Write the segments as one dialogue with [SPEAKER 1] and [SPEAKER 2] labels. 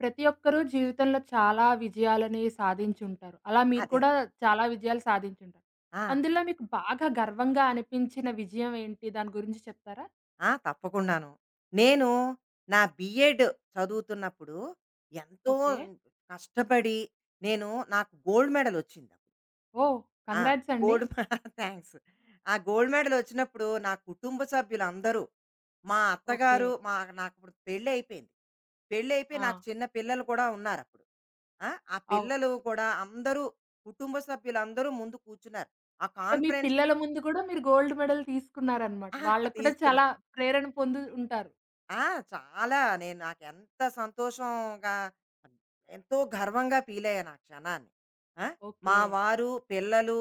[SPEAKER 1] ప్రతి ఒక్కరు జీవితంలో చాలా విజయాలని సాధించుంటారు. అలా మీరు
[SPEAKER 2] అదే.
[SPEAKER 1] కూడా చాలా విజయాలు సాధించుంటారు.
[SPEAKER 2] ఆ!
[SPEAKER 1] అందులో మీకు బాగా గర్వంగా అనిపించిన విజయం ఏంటి? దాని గురించి చెప్తారా?
[SPEAKER 2] ఆ! తప్పకుండాను. నేను నా బీఎడ్ చదువుతున్నప్పుడు ఎంతో
[SPEAKER 1] ఓకే.
[SPEAKER 2] కష్టపడి నేను నాకు గోల్డ్ మెడల్ ఒచ్చింది.
[SPEAKER 1] ఓహ్!
[SPEAKER 2] ఆ!
[SPEAKER 1] కంగ్రాట్స్ అండి.
[SPEAKER 2] గోల్డ్ మె థాంక్స్. ఆ గోల్డ్ మెడల్ ఒచ్చినప్పుడు నా కుటుంబ సభ్యులందరూ, మా
[SPEAKER 1] ఓకే.
[SPEAKER 2] అత్తగారు మా నాకిప్పుడు పెళ్లయిపోయింది. పెళ్లయిపోయి నాకు
[SPEAKER 1] ఆ!
[SPEAKER 2] చిన్న పిల్లలు కూడా ఉన్నారప్పుడు. ఆ! ఆ
[SPEAKER 1] అవ్
[SPEAKER 2] పిల్లలు కూడా అందరూ కుటుంబ సభ్యులందరూ ముందు కూర్చున్నారు. ఆ
[SPEAKER 1] అంటే మీ
[SPEAKER 2] కాన్ఫరెన్స్
[SPEAKER 1] పిల్లల ముందు కూడా మీరు గోల్డ్ మెడల్ తీసుకున్నారనమాట.
[SPEAKER 2] ఆ!
[SPEAKER 1] వాళ్ళకి కూడా చాలా
[SPEAKER 2] తీసుకున్నారు.
[SPEAKER 1] ప్రేరణ పొంది ఉంటారు.
[SPEAKER 2] ఆ! చాలా నాకెంత సంతోషంగా, ఎంతో గర్వంగా ఫీలయ్యాను ఆ క్షణాన్ని. ఆ!
[SPEAKER 1] ఓకే.
[SPEAKER 2] మా వారు, పిల్లలు,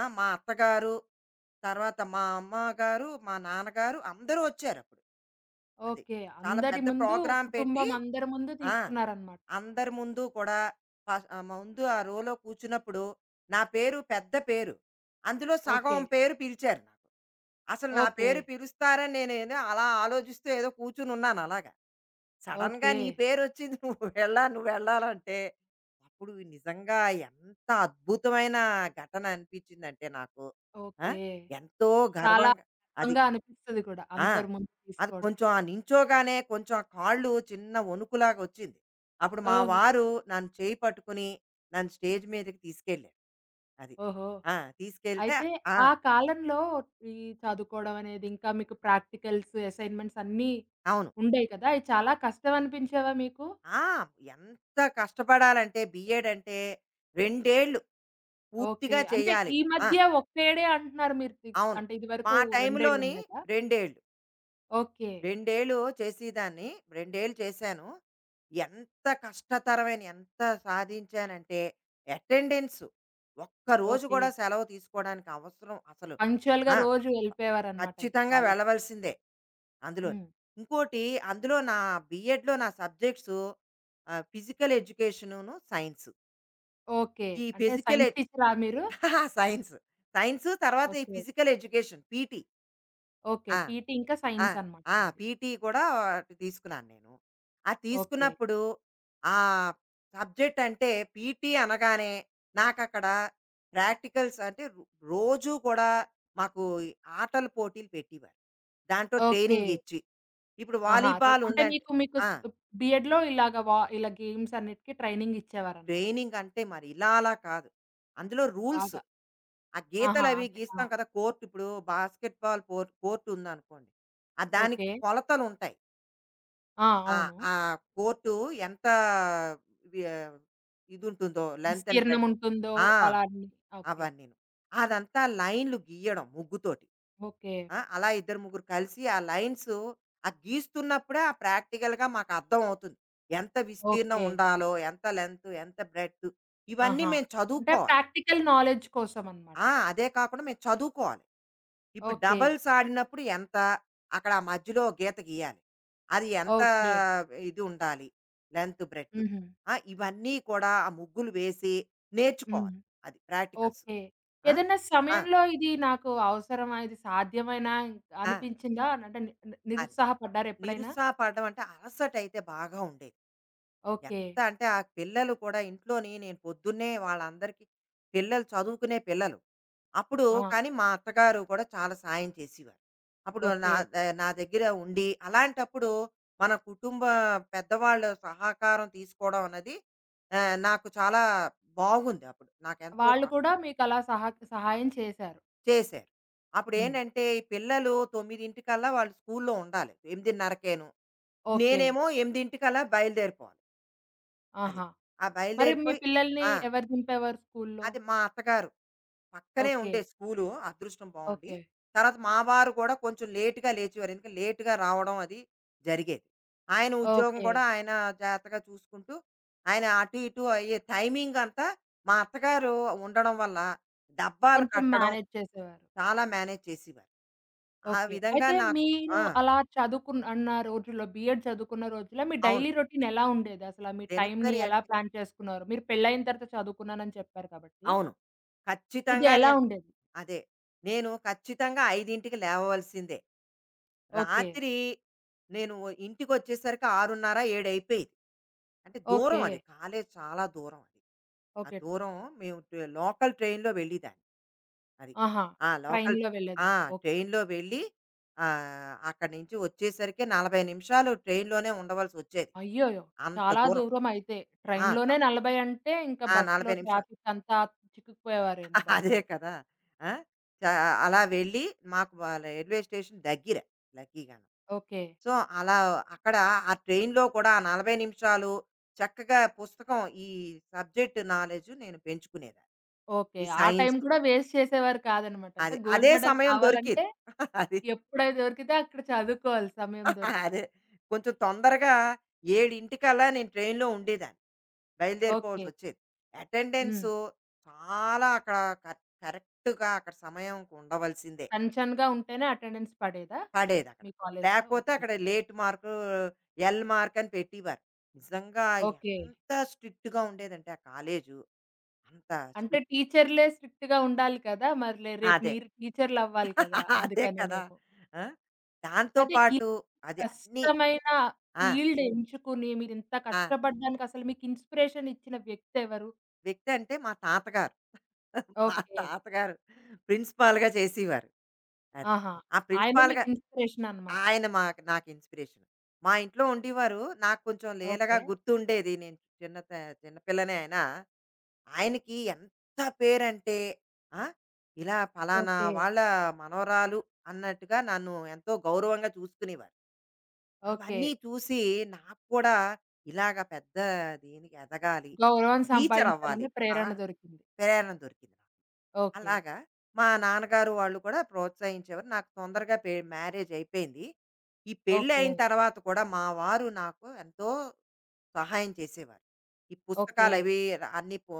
[SPEAKER 2] ఆ! మా అత్తగారు, తర్వాత మా అమ్మగారు, మా నాన్నగారు అందరూ వచ్చారప్పుడు. అది.
[SPEAKER 1] ఓకే.
[SPEAKER 2] చాలా
[SPEAKER 1] అందరి
[SPEAKER 2] పెద్ద
[SPEAKER 1] ముందు,
[SPEAKER 2] ప్రోగ్రామ్ పెట్టి
[SPEAKER 1] కుటుంబం అందరి ముందు
[SPEAKER 2] ఆ!
[SPEAKER 1] తీసుకున్నారనమాట.
[SPEAKER 2] అందరి ముందు కూడా ముందు ఆ రోలో కూర్చున్నప్పుడు నా పేరు పెద్ద పేరు. అందులో
[SPEAKER 1] ఓకే.
[SPEAKER 2] సగం పేరు పిలిచారు నాకు. అసలు నా
[SPEAKER 1] ఓకే.
[SPEAKER 2] పేరు పిలుస్తారని నేనేదో అలా ఆలోచిస్తూ ఏదో కూర్చునున్నాను అలాగా. సడెన్‌గా
[SPEAKER 1] ఓకే.
[SPEAKER 2] నీ పేరొచ్చింది నువ్వు వెళ్ళాలంటే, అప్పుడు నిజంగా ఎంత అద్భుతమైన ఘటన అనిపించిందంటే నాకు. ఆ!
[SPEAKER 1] ఓకే.
[SPEAKER 2] ఎంతో
[SPEAKER 1] చాలా
[SPEAKER 2] గర్వంగా అది.
[SPEAKER 1] గర్వంగా అనిపిస్తది కూడా
[SPEAKER 2] ఆ!
[SPEAKER 1] అందరి ముందు
[SPEAKER 2] అది
[SPEAKER 1] తీసుకోవడం.
[SPEAKER 2] కొంచెం ఆ నించోగానే కొంచెం ఆ కాళ్ళు చిన్న వణుకులాగా వచ్చింది. అప్పుడు మా
[SPEAKER 1] ఓహో!
[SPEAKER 2] వారు నన్ను చేయి పట్టుకుని నన్ను స్టేజ్ మీదకి తీసుకెళ్ళారు. అది.
[SPEAKER 1] ఓహో!
[SPEAKER 2] ఆ! తీసుకెళ్తే
[SPEAKER 1] అయితే
[SPEAKER 2] ఆ!
[SPEAKER 1] ఆ కాలంలో ఈ చదువుకోవడం అనేది ఇంకా మీకు ప్రాక్టికల్స్, అసైన్‌మెంట్స్ అన్నీ
[SPEAKER 2] అవును.
[SPEAKER 1] ఉండేయి కదా! అయి చాలా కష్టం అనిపించేవా మీకు?
[SPEAKER 2] ఆ! ఎంత కష్టపడాలంటే బీఎడ్ అంటే 2 ఏళ్ళు
[SPEAKER 1] ఓకే.
[SPEAKER 2] పూర్తిగా
[SPEAKER 1] అంటే
[SPEAKER 2] చేయాలి.
[SPEAKER 1] ఈ
[SPEAKER 2] ఆ!
[SPEAKER 1] మధ్య ఒక్కేడే అంటున్నారు మీరు
[SPEAKER 2] అవును.
[SPEAKER 1] అంటే
[SPEAKER 2] మా
[SPEAKER 1] ఇదివరకు 2
[SPEAKER 2] టైంలోని
[SPEAKER 1] ఉండేదా?
[SPEAKER 2] 2 ఏళ్ళు.
[SPEAKER 1] ఓకే.
[SPEAKER 2] రెండేళ్ళు చేసేదాన్ని. 2 ఏళ్ళు చేశాను. ఎంత కష్టతరమైన ఎంత సాధించానంటే అటెండెన్స్ ఒక్కరోజు
[SPEAKER 1] ఓకే.
[SPEAKER 2] కూడా సెలవు తీసుకోవడానికి అవసరం అసలు
[SPEAKER 1] పంక్చుయల్‌గా
[SPEAKER 2] ఆ!
[SPEAKER 1] రోజు వెళ్ళిపోయేవారనమాట అయితే
[SPEAKER 2] ఖచ్చితంగా
[SPEAKER 1] కాలేజ్.
[SPEAKER 2] వెళ్ళవలసిందే అందులోని.
[SPEAKER 1] హ్మ్.
[SPEAKER 2] ఇంకోటి అందులో నా బీఎడ్‌లో నా సబ్జెక్ట్స్ ఫిజికల్ ఎడ్యుకేషనును, సైన్స్.
[SPEAKER 1] ఓకే.
[SPEAKER 2] ఈ
[SPEAKER 1] అంటే
[SPEAKER 2] ఫిజికల్
[SPEAKER 1] సైన్స్
[SPEAKER 2] ఎడ్
[SPEAKER 1] టీచరా మీరు?
[SPEAKER 2] సైన్స్. సైన్స్ తర్వాత ఈ
[SPEAKER 1] okay.
[SPEAKER 2] Physical education PT.
[SPEAKER 1] Okay.
[SPEAKER 2] ఆ!
[SPEAKER 1] పీటీ ఇంకా
[SPEAKER 2] ఆ!
[SPEAKER 1] సైన్స్ అనమాట
[SPEAKER 2] ఆ!
[SPEAKER 1] మీది.
[SPEAKER 2] పీటీ కూడా తీసుకున్నాను నేను. అది
[SPEAKER 1] ఓకే.
[SPEAKER 2] తీసుకున్నప్పుడు ఆ సబ్జెక్ట్ అంటే పీటీ అనగానే నాకక్కడ ప్రాక్టికల్స్ అంటే రో రోజూ కూడా మాకు ఈ ఆటల పోటీలు పెట్టేవారు. దాంట్లో
[SPEAKER 1] ఓకే.
[SPEAKER 2] ట్రైనింగ్ ఇచ్చి. ఇప్పుడు
[SPEAKER 1] ఆహా!
[SPEAKER 2] వాలీబాల్
[SPEAKER 1] అంటే
[SPEAKER 2] ఉందంటే
[SPEAKER 1] మీకు మీకు
[SPEAKER 2] ఆ!
[SPEAKER 1] బీఎడ్‌లో ఇలాగ ఇలా గేమ్స్ అన్నిటికి ట్రైనింగ్ ఇచ్చేవారనమాట.
[SPEAKER 2] ట్రైనింగ్ అంటే మరి ఇలా అలా కాదు. అందులో రూల్స్.
[SPEAKER 1] బాగా.
[SPEAKER 2] ఆ
[SPEAKER 1] ఆహా!
[SPEAKER 2] గీతలవి
[SPEAKER 1] అదే. ఆ!
[SPEAKER 2] గీస్తాం కదా! కోర్ట్ ఇప్పుడు బాస్కెట్ బాల్ కోర్ట్ కోర్ట్ ఉందనుకోండి. ఆ దానికి
[SPEAKER 1] ఓకే.
[SPEAKER 2] కొలతలుంటాయి.
[SPEAKER 1] ఆ!
[SPEAKER 2] ఆ!
[SPEAKER 1] అవును.
[SPEAKER 2] ఆ కోటు ఎంత వి ఆహ్, ఇదుంటుందో లెంత్ అండ్
[SPEAKER 1] విస్తీర్ణం
[SPEAKER 2] బ్రెడ్త్.
[SPEAKER 1] ఉంటుందో
[SPEAKER 2] ఆ!
[SPEAKER 1] అలా అన్ని. ఓకే.
[SPEAKER 2] అవన్నీను. అదంతా లైన్‌లు గీయడం ముగ్గుతోటి.
[SPEAKER 1] ఓకే.
[SPEAKER 2] ఆ! అలా ఇద్దరు ముగ్గురు కలిసి ఆ లైన్స్ ఆ గీస్తున్నప్పుడే ఆ ప్రాక్టికల్‌గా మాకు అర్థం అవుతుంది. ఎంత విస్తీర్ణం
[SPEAKER 1] ఓకే.
[SPEAKER 2] ఉండాలో, ఎంత లెంత్, ఎంత బ్రెడ్త్ ఇవన్నీ
[SPEAKER 1] ఆహా!
[SPEAKER 2] మేము
[SPEAKER 1] అంటే
[SPEAKER 2] చదువుకోవాలి.
[SPEAKER 1] ప్రాక్టికల్ నాలెడ్జ్ కోసం అనమాట.
[SPEAKER 2] ఆ! అదే కాకుండా మేము చదువుకోవాలి. ఇప్పుడు
[SPEAKER 1] ఓకే.
[SPEAKER 2] డబుల్స్ ఆడినప్పుడు ఎంత? అక్కడ ఆ మధ్యలో గీత గీయాలి. అది ఎంత
[SPEAKER 1] ఓకే.
[SPEAKER 2] ఇది ఉండాలి? Length, breadth.
[SPEAKER 1] హుహు.
[SPEAKER 2] ఆ! ఇవన్నీ కూడా ఆ ముగ్గులు వేసి
[SPEAKER 1] హ్మ్.
[SPEAKER 2] నేర్చుకోవాలి. అది ప్రాక్టికల్స్.
[SPEAKER 1] ఓకే.
[SPEAKER 2] ఆ!
[SPEAKER 1] ఏదైనా
[SPEAKER 2] ఆ!
[SPEAKER 1] సమయంలో ఇది నాకు అవసరమా? ఇది సాధ్యమేనా
[SPEAKER 2] ఆ!
[SPEAKER 1] అనిపించిందా? అంటే
[SPEAKER 2] అది.
[SPEAKER 1] నిరుత్సాహపడ్డారా ఎప్పుడైనా?
[SPEAKER 2] నిరుత్సాహపడడం అంటే అలసటైతే బాగా ఉండేది.
[SPEAKER 1] ఓకే.
[SPEAKER 2] ఎంత అంటే ఆ పిల్లలు కూడా ఇంట్లోని నేను పొద్దున్నే వాళ్ళందరికీ పిల్లలు చదువుకునే పిల్లలు. అప్పుడు
[SPEAKER 1] ఆ!
[SPEAKER 2] కానీ మా అత్తగారు కూడా చాలా సాయం చేసేవారు. అప్పుడు
[SPEAKER 1] ఓకే.
[SPEAKER 2] నా దగ్గర ఉండి అలాంటప్పుడు మన కుటుంబ పెద్దవాళ్ళ సహకారం తీసుకోవడం అన్నది నాకు చాలా బాగుంది అప్పుడు. నాకెంతో
[SPEAKER 1] వాళ్ళు
[SPEAKER 2] సహ
[SPEAKER 1] కూడా మీకలా సహాయం చేశారు.
[SPEAKER 2] చేశారు.
[SPEAKER 1] హ్మ్.
[SPEAKER 2] అప్పుడేంటంటే ఈ పిల్లలు 9:00 వాళ్ళు స్కూల్లో ఉండాలి. 8:30కేను.
[SPEAKER 1] ఓకే.
[SPEAKER 2] నేనేమో 8:00 బయలుదేరిపోవాలి. అది.
[SPEAKER 1] ఆహా!
[SPEAKER 2] ఆ
[SPEAKER 1] మరి మీ
[SPEAKER 2] బయలుదేరిపోయి
[SPEAKER 1] పిల్లల్ని
[SPEAKER 2] ఆ!
[SPEAKER 1] ఎవరు దింపేవారు స్కూల్లో?
[SPEAKER 2] అది మా అత్తగారు పక్కనే
[SPEAKER 1] ఓకే.
[SPEAKER 2] ఉండే స్కూలు. అదృష్టం బావుండి.
[SPEAKER 1] ఓకే.
[SPEAKER 2] తర్వాత మా వారు కూడా కొంచెం లేట్‌గా లేచేవారు. ఎందుకంటే లేట్‌గా రావడం అది జరిగేది. ఆయన ఉద్యోగం
[SPEAKER 1] ఓకే.
[SPEAKER 2] కూడా ఆయన జాగ్రత్తగా చూసుకుంటూ, ఆయన అటు ఇటు అయ్యే టైమింగ్ అంతా మా అత్తగారు ఉండడం వల్ల డబ్బాలు
[SPEAKER 1] కొంచెం
[SPEAKER 2] కట్టడం
[SPEAKER 1] మేనేజ్ చేసేవారు.
[SPEAKER 2] చాలా మేనేజ్ చేసేవారు. ఆ
[SPEAKER 1] ఓకే.
[SPEAKER 2] విధంగా
[SPEAKER 1] అయితే
[SPEAKER 2] నాకు
[SPEAKER 1] మీరు
[SPEAKER 2] ఆ!
[SPEAKER 1] అలా చదువుకున్న అన్న రోజుల్లో బీఎడ్ చదువుకున్న రోజుల్లో మీ
[SPEAKER 2] అవును.
[SPEAKER 1] డైలీ రొటీన్ ఎలా ఉండేది? అసల మీ టైమ్‌ని
[SPEAKER 2] దినచర్య
[SPEAKER 1] ఎలా
[SPEAKER 2] అంటే
[SPEAKER 1] ప్లాన్ చేసుకున్నారు? మీరు పెళ్లయిన తర్వాత చదువుకున్నానని చెప్పారు కాబట్టి,
[SPEAKER 2] అవును.
[SPEAKER 1] ఇది
[SPEAKER 2] ఖచ్చితంగా
[SPEAKER 1] ఎలా
[SPEAKER 2] నేను
[SPEAKER 1] ఉండేది?
[SPEAKER 2] అదే. నేను ఖచ్చితంగా 5కి లేవవలసిందే.
[SPEAKER 1] ఓకే.
[SPEAKER 2] రాత్రి నేను ఇంటికొచ్చేసరికి 6:30, 7 అయిపోయేది. అంటే దూరం
[SPEAKER 1] ఓకే.
[SPEAKER 2] అది. కాలేజ్ చాలా దూరం అది. ఆ
[SPEAKER 1] ఓకే.
[SPEAKER 2] దూరం మేము లోకల్ ట్రైన్‌లో వెళ్ళేదాన్ని. అది.
[SPEAKER 1] ఆహా!
[SPEAKER 2] ఆ! లోకల్
[SPEAKER 1] ట్రైన్‌లో
[SPEAKER 2] ఆ!
[SPEAKER 1] వెళ్ళేవారు. ఓకే.
[SPEAKER 2] ట్రైన్‌లో వెళ్ళి అక్కడి నుంచి వచ్చేసరికి 40 నిమిషాలు ట్రైన్‌లోనే ఉండవలసొచ్చేది.
[SPEAKER 1] అయ్యోయ్యో!
[SPEAKER 2] అంత
[SPEAKER 1] చాలా
[SPEAKER 2] దూరం.
[SPEAKER 1] దూరమయితే.
[SPEAKER 2] ఆ! చ
[SPEAKER 1] ట్రైన్‌లోనే 40 అంటే ఇంకా
[SPEAKER 2] ఆ!
[SPEAKER 1] బస్‌లో
[SPEAKER 2] 40 నిమిషాలు.
[SPEAKER 1] ట్రాఫిక్ అంతా చిక్కుకుపోయేవారేమో
[SPEAKER 2] అదే
[SPEAKER 1] బస్సయితే.
[SPEAKER 2] కదా! ఆ! చ అలా వెళ్ళి మాకు వ రైల్వే స్టేషన్ దగ్గర లక్కీగాను.
[SPEAKER 1] ఓకే.
[SPEAKER 2] సో, అలా అక్కడ ఆ ట్రైన్‌లో కూడా ఆ 40 నిమిషాలు చక్కగా పుస్తకం ఈ సబ్జెక్ట్ నాలెడ్జ్ నేను పెంచుకునేదాన్ని.
[SPEAKER 1] ఓకే.
[SPEAKER 2] ఈ
[SPEAKER 1] ఆ టైం
[SPEAKER 2] సైన్స్
[SPEAKER 1] కూడా వేస్ట్ చేసేవారు కాదనమాట. అంటే
[SPEAKER 2] అది. అదే
[SPEAKER 1] గోల్డ్ మెడల్
[SPEAKER 2] సమయం దొరికేది.
[SPEAKER 1] రావాలంటే
[SPEAKER 2] అది.
[SPEAKER 1] ఎప్పుడది దొరికితే అక్కడ చదువుకోవాలి సమయం దొరికితే.
[SPEAKER 2] అదే. కొంచెం తొందరగా 7:00కల్లా నేను ట్రైన్‌లో ఉండేదాన్ని.
[SPEAKER 1] ఓకే.
[SPEAKER 2] బయలుదేరిపోవాల్సొచ్చేది.
[SPEAKER 1] హ్మ్.
[SPEAKER 2] అటెండెన్స్ చాలా అక్కడ క కరెక్ట్‌గా అక్కడ సమయంకి ఉండవలసిందే.
[SPEAKER 1] కంచన్‌గా ఉంటేనే అటెండెన్స్ పడేదా
[SPEAKER 2] పడేదక్కడ.
[SPEAKER 1] మీ కాలేజ్‌లో?
[SPEAKER 2] లేకపోతే
[SPEAKER 1] ఓకే.
[SPEAKER 2] అక్కడ లేట్ మార్కు, ఎల్ మార్క్ అని పెట్టేవారు. నిజంగా
[SPEAKER 1] ఓకే.
[SPEAKER 2] ఎంత స్ట్రిక్ట్‌గా ఉండేదంటే ఆ కాలేజు. అంత
[SPEAKER 1] అంటే
[SPEAKER 2] స్ట్రిక్ట్.
[SPEAKER 1] టీచర్‌లే స్ట్రిక్ట్‌గా ఉండాలి కదా! మరిలే రేపు
[SPEAKER 2] అదే.
[SPEAKER 1] మీరు టీచర్‌లవ్వాలి కదా!
[SPEAKER 2] అదే కదా!
[SPEAKER 1] అందుకనేనేమో.
[SPEAKER 2] ఆ! దాంతో
[SPEAKER 1] అదే ఈ
[SPEAKER 2] పాటు అది అన్నీ
[SPEAKER 1] కష్టమైన
[SPEAKER 2] ఆ!
[SPEAKER 1] ఫీల్డ్ ఎంచుకొని మీరింత
[SPEAKER 2] ఆ!
[SPEAKER 1] కష్టపడడానికి అసలు మీకు ఇన్‌స్పిరేషన్ ఇచ్చిన వ్యక్తి ఎవరు?
[SPEAKER 2] వ్యక్తి అంటే మా తాతగారు. మా
[SPEAKER 1] ఓకే.
[SPEAKER 2] తాతగారు ప్రిన్సిపాల్‌గా చేసేవారు. అది.
[SPEAKER 1] ఆహా!
[SPEAKER 2] ఆ
[SPEAKER 1] ఆయన
[SPEAKER 2] ప్రిన్సిపాల్‌గా
[SPEAKER 1] మీకు ఇన్‌స్పిరేషన్ అన్నమాట.
[SPEAKER 2] ఆయన నాకు ఇన్‌స్పిరేషన్. మా ఇంట్లో ఉండేవారు. నాకు కొంచెం లీలగా
[SPEAKER 1] ఓకే.
[SPEAKER 2] గుర్తుండేది. నేను చిన్న త చిన్న పిల్లనే అయినా ఆయనకి ఎంత పేరంటే, ఆ! ఇలా పలానా
[SPEAKER 1] ఓకే.
[SPEAKER 2] వాళ్ళ మనవరాలు అన్నట్టుగా నన్ను ఎంతో గౌరవంగా చూసుకునేవారు.
[SPEAKER 1] ఓకే.
[SPEAKER 2] అవన్నీ చూసి నాకు కూడా ఇలాగ పెద్ద దీనికి ఎదగాలి,
[SPEAKER 1] గౌరవం
[SPEAKER 2] టీచరవ్వాలి.
[SPEAKER 1] సంపాదించాలనే
[SPEAKER 2] ఆ!
[SPEAKER 1] ప్రేరణ దొరికింది.
[SPEAKER 2] ప్రేరణ దొరికింది నాకు.
[SPEAKER 1] ఓకే.
[SPEAKER 2] అలాగా మా నాన్నగారు వాళ్ళు కూడా ప్రోత్సహించేవారు. నాకు తొందరగా మ్యారేజ్ అయిపోయింది. ఈ
[SPEAKER 1] ఓకే.
[SPEAKER 2] పెళ్ళయిన తర్వాత కూడా మా వారు నాకు ఎంతో సహాయం చేసేవారు. ఈ
[SPEAKER 1] ఓకే.
[SPEAKER 2] పుస్తకాలవి అన్నీ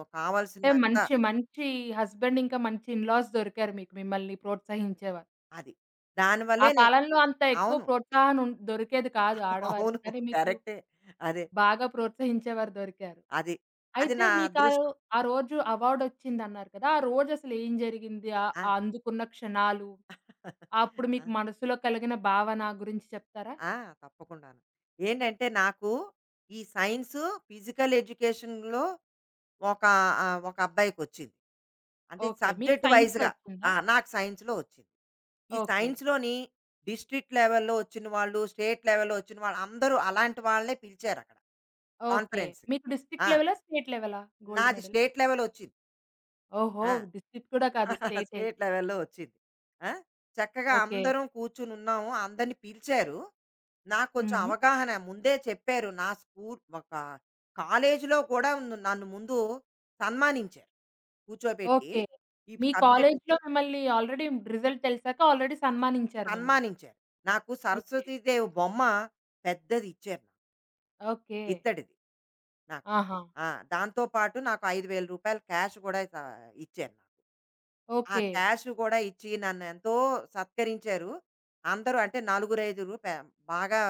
[SPEAKER 1] అంటే
[SPEAKER 2] కావాల్సినవంతా
[SPEAKER 1] మంచి హస్బెండ్ ఇంకా మంచి ఇన్‌లాస్ దొరికారు మీకు మిమ్మల్ని ప్రోత్సహించేవారు.
[SPEAKER 2] అది.
[SPEAKER 1] ఆ
[SPEAKER 2] దానివల్లే నేను
[SPEAKER 1] కాలంలో అంత ఎక్కువ
[SPEAKER 2] అవును.
[SPEAKER 1] ప్రోత్సాహం దొరికేది కాదు ఆడవారికి.
[SPEAKER 2] అవును.
[SPEAKER 1] కానీ మీకు
[SPEAKER 2] కరెక్టే. అదే.
[SPEAKER 1] బాగా ప్రోత్సహించేవారు దొరికారు.
[SPEAKER 2] అది. అది
[SPEAKER 1] అయితే
[SPEAKER 2] నా
[SPEAKER 1] మీకా
[SPEAKER 2] అదృష్టం.
[SPEAKER 1] ఆ రోజు అవార్డొచ్చిందన్నారు కదా! ఆ రోజసలు ఏం జరిగింది? ఆహ్,
[SPEAKER 2] ఆ!
[SPEAKER 1] ఆ అందుకున్న క్షణాలు, అప్పుడు
[SPEAKER 2] ఆ!
[SPEAKER 1] మీకు మనసులో కలిగిన భావన గురించి చెప్తారా?
[SPEAKER 2] ఆ! తప్పకుండాను. ఏంటంటే నాకు ఈ సైన్సు, ఫిజికల్ ఎడ్యుకేషన్‌లో ఒక ఒక అబ్బాయికొచ్చింది. అంటే
[SPEAKER 1] ఓకే. మీకు
[SPEAKER 2] సబ్జెక్ట్
[SPEAKER 1] సైన్స్‌లో
[SPEAKER 2] వైస్‌గా.
[SPEAKER 1] వచ్చిందా?
[SPEAKER 2] ఆ! నాకు సైన్స్‌లో వచ్చింది. ఈ
[SPEAKER 1] ఓకే.
[SPEAKER 2] సైన్స్‌లోని డిస్ట్రిక్ట్ లెవెల్‌లో వచ్చిన వాళ్ళు, స్టేట్ లెవెల్‌లో వచ్చిన వాళ్ళు అందరూ అలాంటి వాళ్ళనే పిలిచారక్కడ.
[SPEAKER 1] ఓకే.
[SPEAKER 2] కాన్ఫరెన్స్‌కి.
[SPEAKER 1] మీకు
[SPEAKER 2] ఆ!
[SPEAKER 1] డిస్ట్రిక్ట్ లెవెలా? స్టేట్ లెవెలా గోల్డ్
[SPEAKER 2] నాది
[SPEAKER 1] మెడల్?
[SPEAKER 2] స్టేట్ లెవెల్ వచ్చింది.
[SPEAKER 1] ఓహో!
[SPEAKER 2] ఆ!
[SPEAKER 1] డిస్ట్రిక్ట్ కూడా కాదు స్టేటే.
[SPEAKER 2] స్టేట్ లెవెల్‌లో వచ్చింది. ఆ! చక్కగా
[SPEAKER 1] ఓకే.
[SPEAKER 2] అందరం కూర్చొని ఉన్నాము. అందరిని పిలిచారు. నాకు కొంచెం
[SPEAKER 1] హుహు.
[SPEAKER 2] అవగాహన ముందే చెప్పారు. నా స్కూల్ ఒక కాలేజీలో కూడా నన్ను ముందు సన్మానించారు. కూర్చోబెట్టి,
[SPEAKER 1] ఓకే.
[SPEAKER 2] ఈ
[SPEAKER 1] మీ
[SPEAKER 2] సబ్జెక్ట్
[SPEAKER 1] కాలేజ్‌లో మిమ్మల్ని ఆల్రెడీ రిజల్ట్ తెలిసాక ఆల్రెడీ సన్మానించారు మిమ్మల్ని.
[SPEAKER 2] సన్మానించారు. నాకు
[SPEAKER 1] ఓకే.
[SPEAKER 2] సరస్వతీదేవి బొమ్మ పెద్దది ఇచ్చారు నాకు.
[SPEAKER 1] ఓకే.
[SPEAKER 2] ఇత్తడిది నాకు.
[SPEAKER 1] ఆహా!
[SPEAKER 2] ఆ! దాంతో పాటు నాకు రూ. 5000 క్యాష్ కూడా స ఇచ్చారు నాకు. ఆ
[SPEAKER 1] ఓకే.
[SPEAKER 2] క్యాష్ కూడా ఇచ్చి నన్నెంతో సత్కరించారు. అందరూ అంటే నలుగురైదుగురు పే బాగా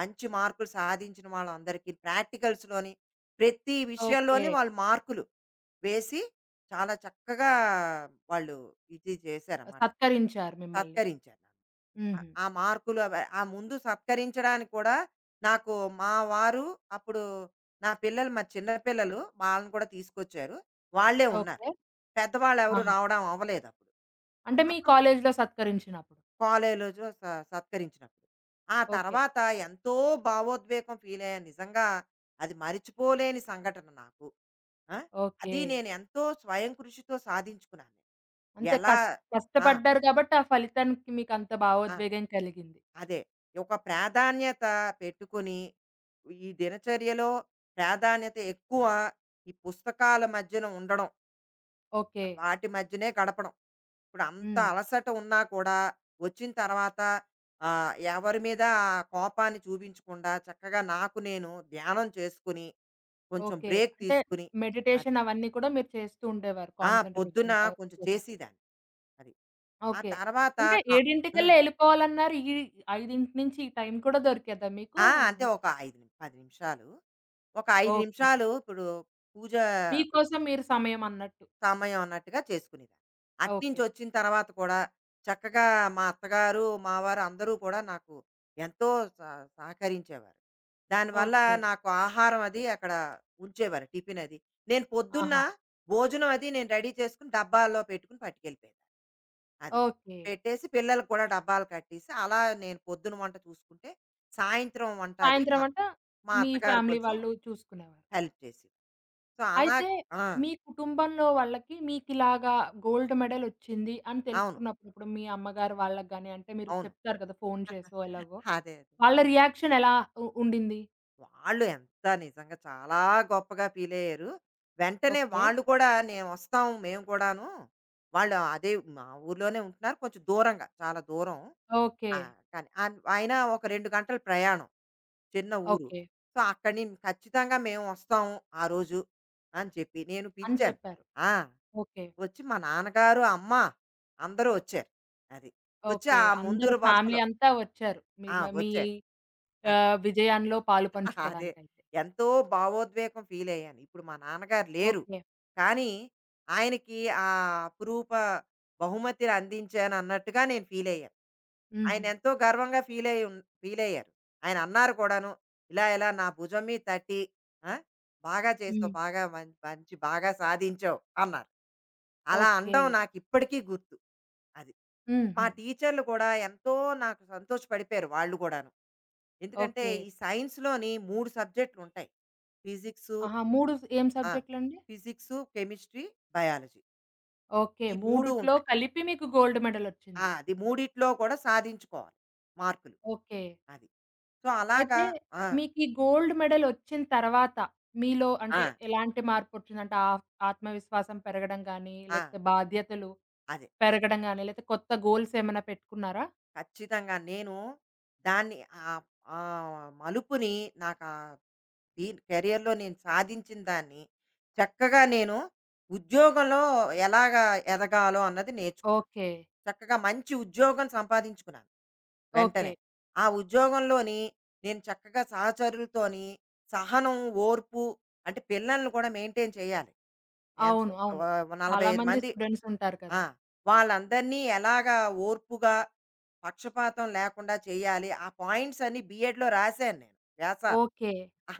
[SPEAKER 2] మంచి మార్కులు సాధించిన వాళ్ళందరికీ ప్రాక్టికల్స్‌లోని ప్రతి
[SPEAKER 1] ఓకే.
[SPEAKER 2] విషయంలోని వాళ్ళు మార్కులు వేసి చాలా చక్కగా వాళ్ళు ఇది చేశారన్నమాట.
[SPEAKER 1] సత్కరించారు మిమ్మల్ని.
[SPEAKER 2] సత్కరించారు నన్ను. ఆ
[SPEAKER 1] హుహు.
[SPEAKER 2] ఆ మార్కులు అవ ఆ ముందు సత్కరించడానికి కూడా నాకు మా వారు అప్పుడు నా పిల్లలు మా చిన్న పిల్లలు వాళ్ళని కూడా తీసుకొచ్చారు. వాళ్ళే ఉన్నారు.
[SPEAKER 1] ఓకే.
[SPEAKER 2] పెద్దవాళ్ళు ఎవరు
[SPEAKER 1] ఆహా!
[SPEAKER 2] రావడం అవ్వలేదు అప్పుడు.
[SPEAKER 1] అంటే మీ
[SPEAKER 2] అప్పుడు
[SPEAKER 1] కాలేజీలో సత్కరించినప్పుడు.
[SPEAKER 2] కాలేజీలో స సత్కరించినప్పుడు. ఆ
[SPEAKER 1] ఓకే.
[SPEAKER 2] తర్వాత ఎంతో భావోద్వేగం ఫీలయ్యాను. నిజంగా అది మరిచిపోలేని సంఘటన నాకు. ఆ!
[SPEAKER 1] ఓకే.
[SPEAKER 2] అది నేను ఎంతో స్వయం కృషితో సాధించుకున్నాను.
[SPEAKER 1] అంతే
[SPEAKER 2] ఎలా
[SPEAKER 1] కస్
[SPEAKER 2] ఆ!
[SPEAKER 1] కష్టపడ్డారు కాబట్టి ఆ ఫలితానికి మీకంత
[SPEAKER 2] ఆ!
[SPEAKER 1] భావోద్వేగం కలిగింది.
[SPEAKER 2] అదే. ఒక ప్రాధాన్యత పెట్టుకొని ఈ దినచర్యలో ప్రాధాన్యత ఎక్కువ ఈ పుస్తకాల మధ్యన ఉండడం.
[SPEAKER 1] ఓకే.
[SPEAKER 2] వాటి మధ్యనే గడపడం. ఇప్పుడు అంత
[SPEAKER 1] హ్మ్.
[SPEAKER 2] అలసట ఉన్నా కూడా వచ్చిన తర్వాత ఆ, ఎవరి మీద ఆ కోపాన్ని చూపించకుండా చక్కగా నాకు నేను ధ్యానం చేసుకుని కొంచెం
[SPEAKER 1] ఓకే.
[SPEAKER 2] బ్రేక్
[SPEAKER 1] అంటే
[SPEAKER 2] తీసుకుని అది
[SPEAKER 1] మెడిటేషన్ అవన్నీ కూడా మీరు చేస్తూ ఉండేవారు
[SPEAKER 2] ఆ పొద్దున
[SPEAKER 1] కాన్సంట్రేషన్‌గా
[SPEAKER 2] కొంచెం
[SPEAKER 1] కోసం.
[SPEAKER 2] చేసేదాన్ని అది ఆ
[SPEAKER 1] ఓకే.
[SPEAKER 2] తర్వాత
[SPEAKER 1] అంటే
[SPEAKER 2] కా- ఉమ్,
[SPEAKER 1] 7:00కల్లా ఎళ్ళిపోవాలన్నారు. ఈ 5:00 నుంచి ఈ టైం కూడా దొరికేదా మీకు?
[SPEAKER 2] అంటే పది నిమిషాలు ఒక ఐదు
[SPEAKER 1] ఓకే.
[SPEAKER 2] నిమిషాలు ఇప్పుడు పూజ
[SPEAKER 1] మీకోసం మీరు సమయం అన్నట్టు.
[SPEAKER 2] సమయం అన్నట్టుగా చేసుకునేదాన్ని. అట్నుంచి
[SPEAKER 1] ఓకే.
[SPEAKER 2] వచ్చిన తర్వాత కూడా చక్కగా మా అత్తగారు, మావారు అందరూ కూడా నాకు ఎంతో స సహకరించేవారు. దానివల్ల
[SPEAKER 1] ఓకే.
[SPEAKER 2] నాకు ఆహారం అది అక్కడ ఉంచేవారు టిఫిన్ అది. నేను పొద్దున్న
[SPEAKER 1] ఆహా!
[SPEAKER 2] భోజనం అది నేను రెడీ చేసుకొని డబ్బాల్లో పెట్టుకొని పట్టుకెళ్ళిపోయేదాన్ని. అది.
[SPEAKER 1] ఓకే.
[SPEAKER 2] పెట్టేసి పిల్లలకి కూడా డబ్బాలు కట్టేసి అలా నేను పొద్దున వంట చూసుకుంటే, సాయంత్రం వంట అది
[SPEAKER 1] సాయంత్రం
[SPEAKER 2] మా
[SPEAKER 1] అంట
[SPEAKER 2] మా
[SPEAKER 1] మీ
[SPEAKER 2] అత్తగారు
[SPEAKER 1] ఫ్యామిలీ
[SPEAKER 2] కొంచెం
[SPEAKER 1] వాళ్ళు చూసుకునేవారు.
[SPEAKER 2] హెల్ప్ చేసేది. సో, అలా
[SPEAKER 1] అయితే
[SPEAKER 2] ఆ!
[SPEAKER 1] మీ కుటుంబంలో వాళ్ళకి మీకిలాగా గోల్డ్ మెడల్ వచ్చింది అని
[SPEAKER 2] అవును.
[SPEAKER 1] తెలుసుకున్నప్పుడు, ఇప్పుడు మీ అమ్మగారు వాళ్ళకి గాని, అంటే మీరు
[SPEAKER 2] అవును.
[SPEAKER 1] చెప్తారు కదా! ఫోను చేసో ఎలాగో.
[SPEAKER 2] అదే.
[SPEAKER 1] వాళ్ళ రియాక్షన్ ఎలా ఉండింది?
[SPEAKER 2] వాళ్ళు ఎంత నిజంగా చాలా గొప్పగా ఫీల్ అయ్యారు. వెంటనే
[SPEAKER 1] ఓకే.
[SPEAKER 2] వాళ్ళు కూడా "మేము వస్తాం మేము కూడాను." వాళ్ళు అదే మా ఊర్లోనే ఉంటున్నారు. కొంచెం దూరంగా చాలా దూరం.
[SPEAKER 1] ఓకే.
[SPEAKER 2] ఆ! కానీ అన్ అయినా ఒక 2 గంటల ప్రయాణం. చిన్న ఊరు.
[SPEAKER 1] ఓకే.
[SPEAKER 2] సో, అక్కడి నుంచి "ఖచ్చితంగా మేము వస్తాము ఆ రోజు" అని చెప్పి నేను
[SPEAKER 1] అని
[SPEAKER 2] పిలిచాను.
[SPEAKER 1] చెప్పారు.
[SPEAKER 2] ఆ!
[SPEAKER 1] ఓకే.
[SPEAKER 2] మా నాన్నగారు, అమ్మ అందరూ వచ్చారు. అది. వచ్చి
[SPEAKER 1] ఓకే.
[SPEAKER 2] ఆ ముందు
[SPEAKER 1] అందరూ ఫ్యామిలీ
[SPEAKER 2] వరుసలో
[SPEAKER 1] అంతా వచ్చారు. మీ
[SPEAKER 2] ఆ!
[SPEAKER 1] మ మీ
[SPEAKER 2] వచ్చారు.
[SPEAKER 1] ఆహ్, విజయాల్లో పాలు
[SPEAKER 2] అదే.
[SPEAKER 1] పంచుకోవడానికైతే.
[SPEAKER 2] ఎంతో భావోద్వేగం ఫీలయ్యాను. ఇప్పుడు మా నాన్నగారు లేరు.
[SPEAKER 1] ఓకే.
[SPEAKER 2] కానీ, ఆయనకి ఆ అపురూప బహుమతిని అందించానన్నట్టుగా నేను ఫీలయ్యాను.
[SPEAKER 1] హుహు.
[SPEAKER 2] ఆయనెంతో గర్వంగా ఫీలయ్యి ఉన్ ఫీలయ్యారు. ఆయనన్నారు కూడాను, ఇలా ఇలా నా భుజం మీద తట్టి, ఆ! బాగా చేసావు.
[SPEAKER 1] హ్మ్.
[SPEAKER 2] బాగా మం మంచి బాగా సాధించావు అన్నారు. అలా
[SPEAKER 1] ఓకే.
[SPEAKER 2] అనడం నాకిప్పటికీ గుర్తు. అది. మా
[SPEAKER 1] హుహు.
[SPEAKER 2] టీచర్లు కూడా ఎంతో నాకు సంతోషపడిపోయారు వాళ్ళు కూడాను. ఎందుకంటే
[SPEAKER 1] ఓకే.
[SPEAKER 2] ఈ సైన్స్‌లోని 3 సబ్జెక్ట్‌లుంటాయి. ఫిజిక్సు
[SPEAKER 1] ఆహా! 3 ఏం
[SPEAKER 2] ఆ!
[SPEAKER 1] సబ్జెక్ట్‌లండి?
[SPEAKER 2] Physics, chemistry, biology.
[SPEAKER 1] ఓకే.
[SPEAKER 2] ఈ 3
[SPEAKER 1] మూడిట్లో
[SPEAKER 2] ఉంటాయి.
[SPEAKER 1] కలిపి మీకు గోల్డ్
[SPEAKER 2] ఆ!
[SPEAKER 1] మెడలొచ్చింది.
[SPEAKER 2] అది మూడిట్లో కూడా సాధించుకోవాలి మార్కులు.
[SPEAKER 1] ఓకే.
[SPEAKER 2] అది. సో, అలాగా
[SPEAKER 1] అయితే
[SPEAKER 2] ఆ!
[SPEAKER 1] మీకీ గోల్డ్ మెడలొచ్చిన తర్వాత మీలో
[SPEAKER 2] ఆ!
[SPEAKER 1] అంటే ఎలాంటి మార్పొచ్చింది? అంటే ఆహ్, ఆత్మవిశ్వాసం పెరగడం గానీ,
[SPEAKER 2] ఆ!
[SPEAKER 1] లేకపోతే బాధ్యతలు
[SPEAKER 2] అదే.
[SPEAKER 1] పెరగడం గానీ, లేతే కొత్త గోల్స్ ఏమైనా పెట్టుకున్నారా?
[SPEAKER 2] ఖచ్చితంగా నేను దాన్ని ఆహ్, ఆ మలుపుని నాకా దీని కెరియర్‌లో నేను సాధించిన దాన్ని చక్కగా నేను ఉద్యోగంలో ఎలాగా ఎదగాలో అన్నది నేర్చుకున్నాను.
[SPEAKER 1] ఓకే.
[SPEAKER 2] చక్కగా మంచి ఉద్యోగం సంపాదించుకున్నాను.
[SPEAKER 1] ఓకే.
[SPEAKER 2] వెంటనే. ఆ ఉద్యోగంలోని నేను చక్కగా సహచరులతోని సహనం, ఓర్పు అంటే పిల్లల్ని కూడా మెయింటైన్ చేయాలి. ఎంతో
[SPEAKER 1] అవును.
[SPEAKER 2] వ
[SPEAKER 1] చాలా
[SPEAKER 2] 45
[SPEAKER 1] మంది
[SPEAKER 2] మంది
[SPEAKER 1] స్టూడెంట్స్ ఉంటారు
[SPEAKER 2] ఆ!
[SPEAKER 1] కదా!
[SPEAKER 2] వాళ్ళందరినీ ఎలాగా ఓర్పుగా, పక్షపాతం లేకుండా చేయాలి. ఆ పాయింట్స్ అన్నీ బీఎడ్‌లో రాసాను నేను వ్యాసాలు.
[SPEAKER 1] ఓకే.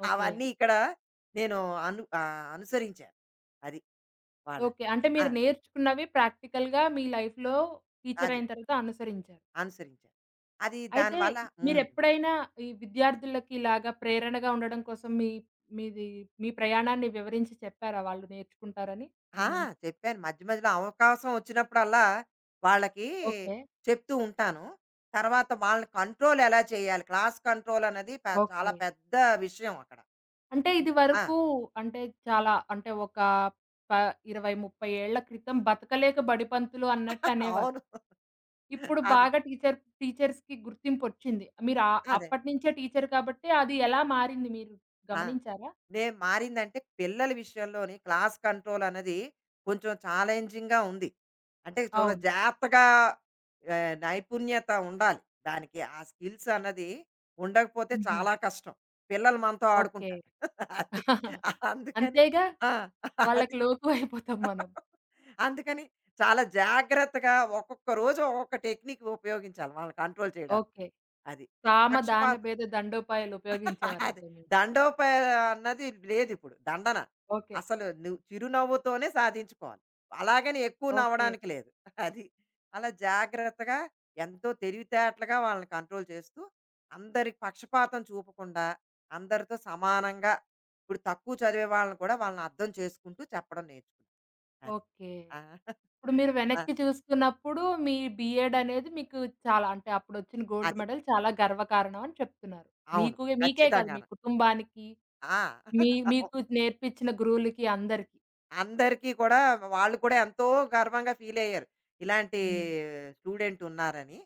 [SPEAKER 1] ఓకే.
[SPEAKER 2] అవన్నీ ఇక్కడ నేను అనుసరించాను. అది వాళ్ళని.
[SPEAKER 1] ఓకే. అంటే
[SPEAKER 2] ఆ!
[SPEAKER 1] మీరు నేర్చుకున్నవి ప్రాక్టికల్‌గా మీ లైఫ్‌లో
[SPEAKER 2] అది
[SPEAKER 1] టీచరయిన తర్వాత అనుసరించారు.
[SPEAKER 2] అనుసరించాను. అది
[SPEAKER 1] అయితే
[SPEAKER 2] దానివల్ల హ్మ్.
[SPEAKER 1] మీరెప్పుడైనా ఈ విద్యార్థులకి ఇలాగా ప్రేరణగా ఉండడం కోసం మీ మీది మీ ప్రయాణాన్ని వివరించి చెప్పారా వాళ్ళు నేర్చుకుంటారని మీ
[SPEAKER 2] ఆ!
[SPEAKER 1] నుంచి?
[SPEAKER 2] చెప్పాను. మధ్య మధ్యలో అవకాశం వచ్చినప్పుడల్లా వాళ్ళకి
[SPEAKER 1] ఓకే.
[SPEAKER 2] చెప్తూ ఉంటాను. తర్వాత వాళ్ళని కంట్రోల్ ఎలా చేయాలి, క్లాస్ కంట్రోల్ అనేది చాలా
[SPEAKER 1] ఓకే.
[SPEAKER 2] పెద్ద విషయం అక్కడ.
[SPEAKER 1] అంటే
[SPEAKER 2] యాహ్! ఆ!
[SPEAKER 1] ఇదివరకు అంటే చాలా అంటే ఒక ప 20, 30 ఏళ్ల క్రితం బతకలేక బడి పంతులు అన్నట్టు అనేవారు.
[SPEAKER 2] అవును.
[SPEAKER 1] ఇప్పుడు
[SPEAKER 2] అదే.
[SPEAKER 1] బాగా టీచర్స్‌కి గుర్తింపొచ్చింది. మీరు ఆహ్,
[SPEAKER 2] అదే.
[SPEAKER 1] అప్పటి నుంచే టీచర్ కాబట్టి అది ఎలా మారింది మీరు
[SPEAKER 2] ఆ!
[SPEAKER 1] గమనించారా?
[SPEAKER 2] నేను మారిందంటే పిల్లల విషయంలోని క్లాస్ కంట్రోల్ అన్నది కొంచెం ఛాలెంజింగ్‌గా ఉంది. అంటే చాలా
[SPEAKER 1] అవును.
[SPEAKER 2] జాగ్రత్తగా నైపుణ్యత ఉండాలి. దానికి ఆ స్కిల్స్ అన్నది ఉండకపోతే
[SPEAKER 1] హుహు.
[SPEAKER 2] చాలా కష్టం. పిల్లలు మనతో
[SPEAKER 1] ఓకే.
[SPEAKER 2] ఆడుకుంటారు. అది అందుకని
[SPEAKER 1] అంతేగా!
[SPEAKER 2] ఆ! అది.
[SPEAKER 1] వాళ్ళకి లోకువైపోతాం మనం.
[SPEAKER 2] అందుకని చాలా జాగ్రత్తగా ఒక్కొక్క రోజు ఒక్కొక్క టెక్నిక్ ఉపయోగించాలి వాళ్ళని కంట్రోల్ చేయడానికి.
[SPEAKER 1] ఓకే.
[SPEAKER 2] అది.
[SPEAKER 1] సామ
[SPEAKER 2] పక్షపా
[SPEAKER 1] దాన భేద దండోపాయాలు
[SPEAKER 2] అది
[SPEAKER 1] ఉపయోగించేవారయితే మీరు.
[SPEAKER 2] దండోప అన్నది లేదిప్పుడు. దండన.
[SPEAKER 1] ఓకే.
[SPEAKER 2] అసలు నువ్వు చిరునవ్వుతోనే సాధించుకోవాలి. అలాగని ఎక్కువ
[SPEAKER 1] ఓకే.
[SPEAKER 2] నవ్వడానికి లేదు. అది. అలా జాగ్రత్తగా ఎంతో తెలివితేటలుగా వాళ్ళని కంట్రోల్ చేస్తూ, అందరి పక్షపాతం చూపకుండా, అందరితో సమానంగా ఇప్పుడు తక్కువ చదివే వాళ్ళని కూడా వాళ్ళని అర్థం చేసుకుంటూ చెప్పడం నేర్చుకున్నా. అది.
[SPEAKER 1] ఓకే.
[SPEAKER 2] ఆ!
[SPEAKER 1] ఇప్పుడు మీరు
[SPEAKER 2] ఆ!
[SPEAKER 1] వెనక్కి చూసుకున్నప్పుడు మీ బీఎడ్ అనేది మీకు చాలా అంటే అప్పుడొచ్చిన గోల్డ్
[SPEAKER 2] అది.
[SPEAKER 1] మెడల్ చాలా గర్వకారణం అని చెప్తున్నారు.
[SPEAKER 2] అవును.
[SPEAKER 1] మీకు మీకే కాదు మీ
[SPEAKER 2] ఖచ్చితంగాను.
[SPEAKER 1] కుటుంబానికి,
[SPEAKER 2] ఆ!
[SPEAKER 1] మీకు
[SPEAKER 2] అవును.
[SPEAKER 1] నేర్పించిన గురువులకి అందరికి.
[SPEAKER 2] అందరికీ కూడా వాళ్ళు కూడా ఎంతో గర్వంగా ఫీల్ అయ్యారు. ఇలాంటి
[SPEAKER 1] హ్మ్.
[SPEAKER 2] స్టూడెంట్ ఉన్నారని.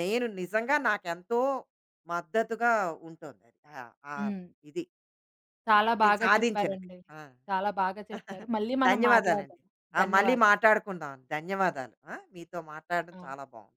[SPEAKER 2] నేను నిజంగా నాకెంతో మద్దతుగా ఉంటుందది. ఆ! ఆ
[SPEAKER 1] హ్మ్.
[SPEAKER 2] ఇది
[SPEAKER 1] చాలా
[SPEAKER 2] నేను
[SPEAKER 1] బాగా
[SPEAKER 2] సాధించినది.
[SPEAKER 1] చెప్పారండి.
[SPEAKER 2] ఆ!
[SPEAKER 1] చాలా బాగా చెప్పారు. మళ్ళీ మనం
[SPEAKER 2] ధన్యవాదాలండి.
[SPEAKER 1] మాట్లాడదాం.
[SPEAKER 2] ఆ! మళ్ళీ
[SPEAKER 1] ధన్యవాదాలు.
[SPEAKER 2] మాట్లాడుకుందాం. ధన్యవాదాలు. ఆ! మీతో మాట్లాడడం
[SPEAKER 1] ఆ!
[SPEAKER 2] చాలా బావుంది.